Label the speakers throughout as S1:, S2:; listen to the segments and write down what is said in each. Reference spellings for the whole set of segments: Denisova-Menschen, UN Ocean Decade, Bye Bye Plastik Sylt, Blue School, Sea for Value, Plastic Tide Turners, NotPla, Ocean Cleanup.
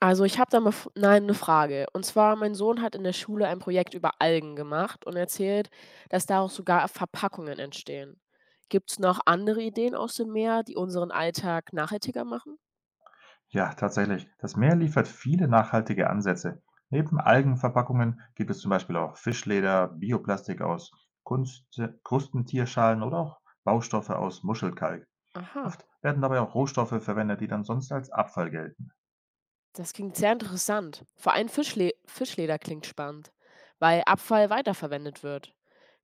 S1: Also, ich habe da mal F nein, 'ne Frage. Und zwar, mein Sohn hat in der Schule ein Projekt über Algen gemacht und erzählt, dass daraus sogar Verpackungen entstehen. Gibt es noch andere Ideen aus dem Meer, die unseren Alltag nachhaltiger machen?
S2: Ja, tatsächlich. Das Meer liefert viele nachhaltige Ansätze. Neben Algenverpackungen gibt es zum Beispiel auch Fischleder, Bioplastik aus Kunst, Krustentierschalen oder auch Baustoffe aus Muschelkalk.
S1: Aha,
S2: Oft werden dabei auch Rohstoffe verwendet, die dann sonst als Abfall gelten.
S1: das klingt sehr interessant. Vor allem Fischleder klingt spannend, weil Abfall weiterverwendet wird.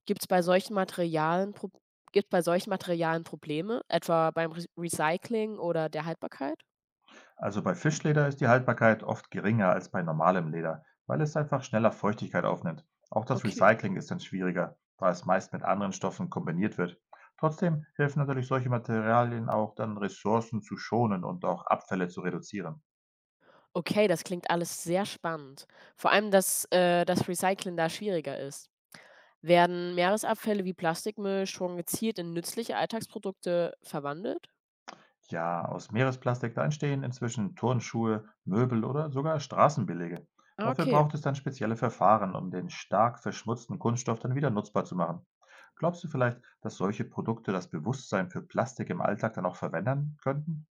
S1: Gibt's bei solchen Materialien Pro Gibt's bei solchen Materialien Probleme, etwa beim Re Recycling oder der Haltbarkeit?
S2: Also bei Fischleder ist die Haltbarkeit oft geringer als bei normalem Leder, weil es einfach schneller Feuchtigkeit aufnimmt. Auch das
S1: Okay.
S2: Recycling ist dann schwieriger, da es meist mit anderen Stoffen kombiniert wird. Trotzdem helfen natürlich solche Materialien auch dann Ressourcen zu schonen und auch Abfälle zu reduzieren.
S1: Okay, das klingt alles sehr spannend. Vor allem, dass das Recyceln da schwieriger ist. Werden Meeresabfälle wie Plastikmüll schon gezielt in nützliche Alltagsprodukte verwandelt?
S2: Ja, aus Meeresplastik, da entstehen inzwischen Turnschuhe, Möbel oder sogar Straßenbelege.
S1: Ah,
S2: Dafür
S1: okay.
S2: braucht es dann spezielle Verfahren, um den stark verschmutzten Kunststoff dann wieder nutzbar zu machen. Glaubst du vielleicht, dass solche Produkte das Bewusstsein für Plastik im Alltag dann auch verwässern könnten?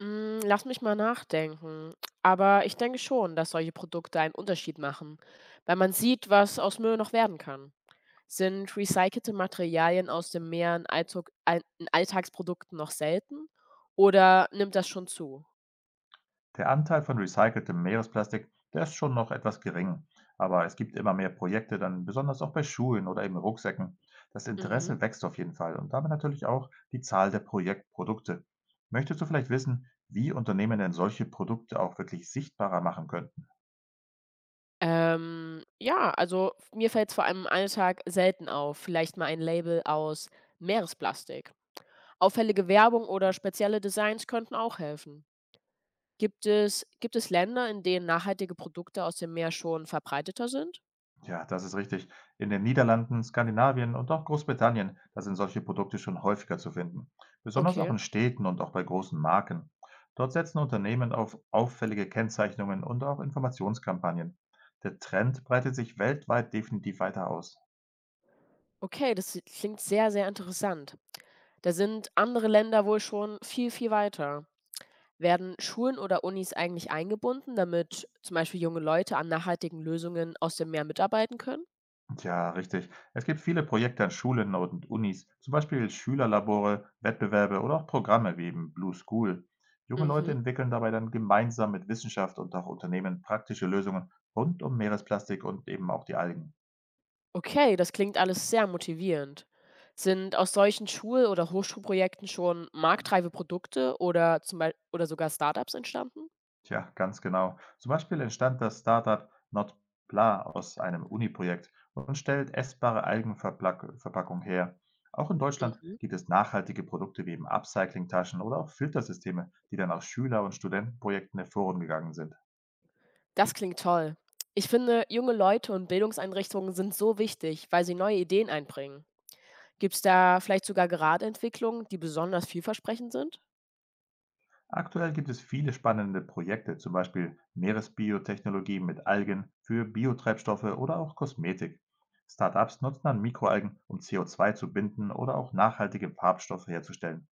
S1: Hm, lass mich mal nachdenken. Aber ich denke schon, dass solche Produkte einen Unterschied machen, weil man sieht, was aus Müll noch werden kann. Sind recycelte Materialien aus dem Meer in Alltagsprodukten noch selten oder nimmt das schon zu?
S2: Der Anteil von recyceltem Meeresplastik, der ist schon noch etwas gering, aber es gibt immer mehr Projekte dann, besonders auch bei Schulen oder eben Rucksäcken. Das
S1: Mhm.
S2: Interesse wächst auf jeden Fall und damit natürlich auch die Zahl der Projektprodukte. Möchtest du vielleicht wissen, wie Unternehmen denn solche Produkte auch wirklich sichtbarer machen können?
S1: Ja, also f mir fällt es vor allem im Alltag selten auf, vielleicht mal ein Label aus Meeresplastik. Auffällige Werbung oder spezielle Designs könnten auch helfen. Gibt es Länder, in denen nachhaltige Produkte aus dem Meer schon verbreiteter sind?
S2: Ja, das ist richtig. In den Niederlanden, Skandinavien und auch Großbritannien, da sind solche Produkte schon häufiger zu finden. Besonders auch
S1: Okay.
S2: in Städten und auch bei großen Marken. Dort setzen Unternehmen auf auffällige Kennzeichnungen und auch Informationskampagnen. Der Trend breitet sich weltweit definitiv weiter aus.
S1: Okay, das si klingt sehr, sehr interessant. Da sind andere Länder wohl schon viel, viel weiter. Werden Schulen oder Unis eigentlich eingebunden, damit zum Beispiel junge Leute an nachhaltigen Lösungen aus dem Meer mitarbeiten können?
S2: Ja, richtig. Es gibt viele Projekte an Schulen und Unis, zum Beispiel Schülerlabore, Wettbewerbe oder auch Programme wie eben Blue School. Junge Leute
S1: Mhm.
S2: entwickeln dabei dann gemeinsam mit Wissenschaft und auch Unternehmen praktische Lösungen rund um Meeresplastik und eben auch die Algen.
S1: Okay, das klingt alles sehr motivierend. Sind aus solchen Schul- oder Hochschulprojekten schon marktreife Produkte oder zum Beispiel oder sogar Startups entstanden?
S2: Tja, ganz genau. Zum Beispiel entstand das Startup NotPla aus einem Uni-Projekt und stellt essbare Algenverpackung her. Auch in Deutschland
S1: Mhm.
S2: gibt es nachhaltige Produkte wie eben Upcycling-Taschen oder auch Filtersysteme, die dann aus Schüler- und Studentenprojekten hervorgegangen sind.
S1: Das klingt toll. Ich finde, junge Leute und Bildungseinrichtungen sind so wichtig, weil sie neue Ideen einbringen. Gibt's da vielleicht sogar gerade Entwicklungen, die besonders vielversprechend sind?
S2: Aktuell gibt es viele spannende Projekte, zum Beispiel Meeresbiotechnologie mit Algen für Biotreibstoffe oder auch Kosmetik. Startups nutzen dann Mikroalgen, um CO2 zu binden oder auch nachhaltige Farbstoffe herzustellen.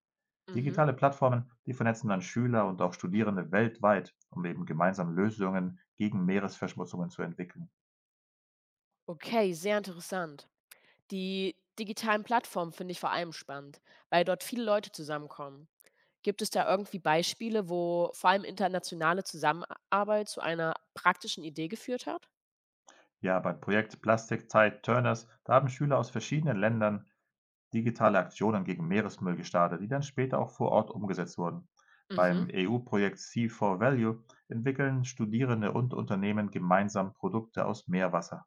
S1: Mhm.
S2: Digitale Plattformen, die vernetzen dann Schüler und auch Studierende weltweit, um eben gemeinsam Lösungen gegen Meeresverschmutzungen zu entwickeln.
S1: Okay, sehr interessant. Die digitalen Plattformen finde ich vor allem spannend, weil dort viele Leute zusammenkommen. Gibt es da irgendwie Beispiele, wo vor allem internationale Zusammenarbeit zu einer praktischen Idee geführt hat?
S2: Ja, beim Projekt Plastic Tide Turners, da haben Schüler aus verschiedenen Ländern digitale Aktionen gegen Meeresmüll gestartet, die dann später auch vor Ort umgesetzt wurden.
S1: Mhm.
S2: Beim EU-Projekt Sea for Value entwickeln Studierende und Unternehmen gemeinsam Produkte aus Meerwasser.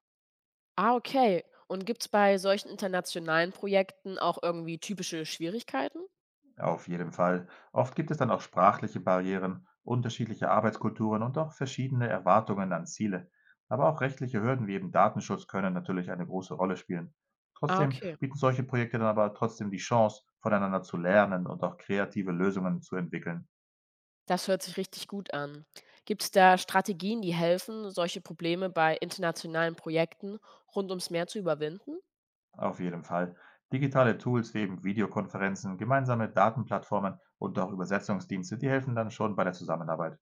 S1: Ah, okay. Und gibt es bei solchen internationalen Projekten auch irgendwie typische Schwierigkeiten?
S2: Auf jeden Fall. Oft gibt es dann auch sprachliche Barrieren, unterschiedliche Arbeitskulturen und auch verschiedene Erwartungen an Ziele. Aber auch rechtliche Hürden wie eben Datenschutz können natürlich eine große Rolle spielen.
S1: Ah,
S2: Trotzdem
S1: okay.
S2: bieten solche Projekte dann aber trotzdem die Chance, voneinander zu lernen und auch kreative Lösungen zu entwickeln.
S1: Das hört sich richtig gut an. Gibt es da Strategien, die helfen, solche Probleme bei internationalen Projekten rund ums Meer zu überwinden?
S2: Auf jeden Fall. Digitale Tools wie eben Videokonferenzen, gemeinsame Datenplattformen und auch Übersetzungsdienste, die helfen dann schon bei der Zusammenarbeit.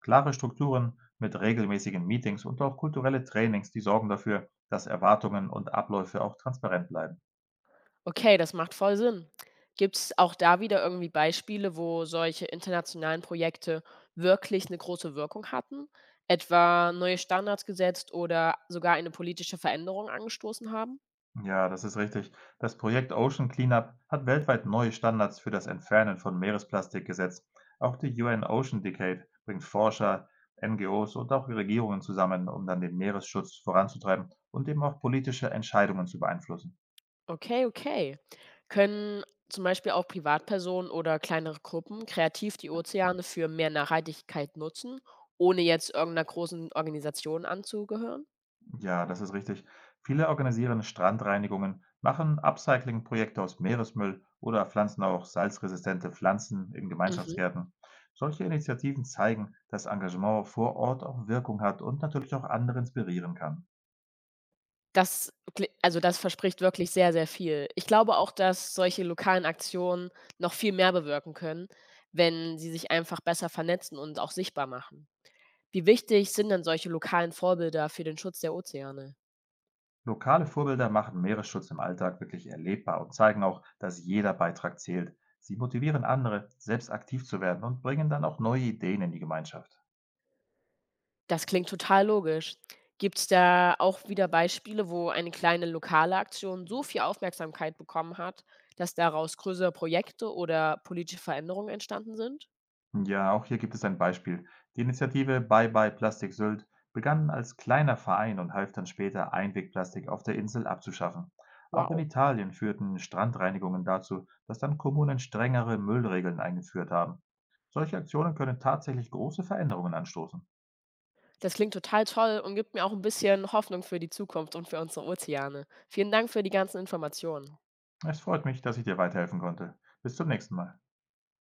S2: Klare Strukturen mit regelmäßigen Meetings und auch kulturelle Trainings, die sorgen dafür, dass Erwartungen und Abläufe auch transparent bleiben.
S1: Okay, das macht voll Sinn. Gibt's auch da wieder irgendwie Beispiele, wo solche internationalen Projekte wirklich eine große Wirkung hatten, etwa neue Standards gesetzt oder sogar eine politische Veränderung angestoßen haben?
S2: Ja, das ist richtig. Das Projekt Ocean Cleanup hat weltweit neue Standards für das Entfernen von Meeresplastik gesetzt. Auch die UN Ocean Decade bringt Forscher, NGOs und auch Regierungen zusammen, um dann den Meeresschutz voranzutreiben und eben auch politische Entscheidungen zu beeinflussen.
S1: Okay, okay. Können zum Beispiel auch Privatpersonen oder kleinere Gruppen kreativ die Ozeane für mehr Nachhaltigkeit nutzen, ohne jetzt irgendeiner großen Organisation anzugehören?
S2: Ja, das ist richtig. Viele organisieren Strandreinigungen, machen Upcycling-Projekte aus Meeresmüll oder pflanzen auch salzresistente Pflanzen in
S1: Mhm.
S2: Gemeinschaftsgärten. Solche Initiativen zeigen, dass Engagement vor Ort auch Wirkung hat und natürlich auch andere inspirieren kann.
S1: Das verspricht wirklich sehr, sehr viel. Ich glaube auch, dass solche lokalen Aktionen noch viel mehr bewirken können, wenn sie sich einfach besser vernetzen und auch sichtbar machen. Wie wichtig sind denn solche lokalen Vorbilder für den Schutz der Ozeane?
S2: Lokale Vorbilder machen Meeresschutz im Alltag wirklich erlebbar und zeigen auch, dass jeder Beitrag zählt. Sie motivieren andere, selbst aktiv zu werden und bringen dann auch neue Ideen in die Gemeinschaft.
S1: Das klingt total logisch. Gibt es da auch wieder Beispiele, wo eine kleine lokale Aktion so viel Aufmerksamkeit bekommen hat, dass daraus größere Projekte oder politische Veränderungen entstanden sind?
S2: Ja, auch hier gibt es ein Beispiel. Die Initiative Bye Bye Plastik Sylt begann als kleiner Verein und half dann später, Einwegplastik auf der Insel abzuschaffen. Auch in
S1: Wow.
S2: Italien führten Strandreinigungen dazu, dass dann Kommunen strengere Müllregeln eingeführt haben. Solche Aktionen können tatsächlich große Veränderungen anstoßen.
S1: Das klingt total toll und gibt mir auch ein bisschen Hoffnung für die Zukunft und für unsere Ozeane. Vielen Dank für die ganzen Informationen.
S2: Es freut mich, dass ich dir weiterhelfen konnte. Bis zum nächsten Mal.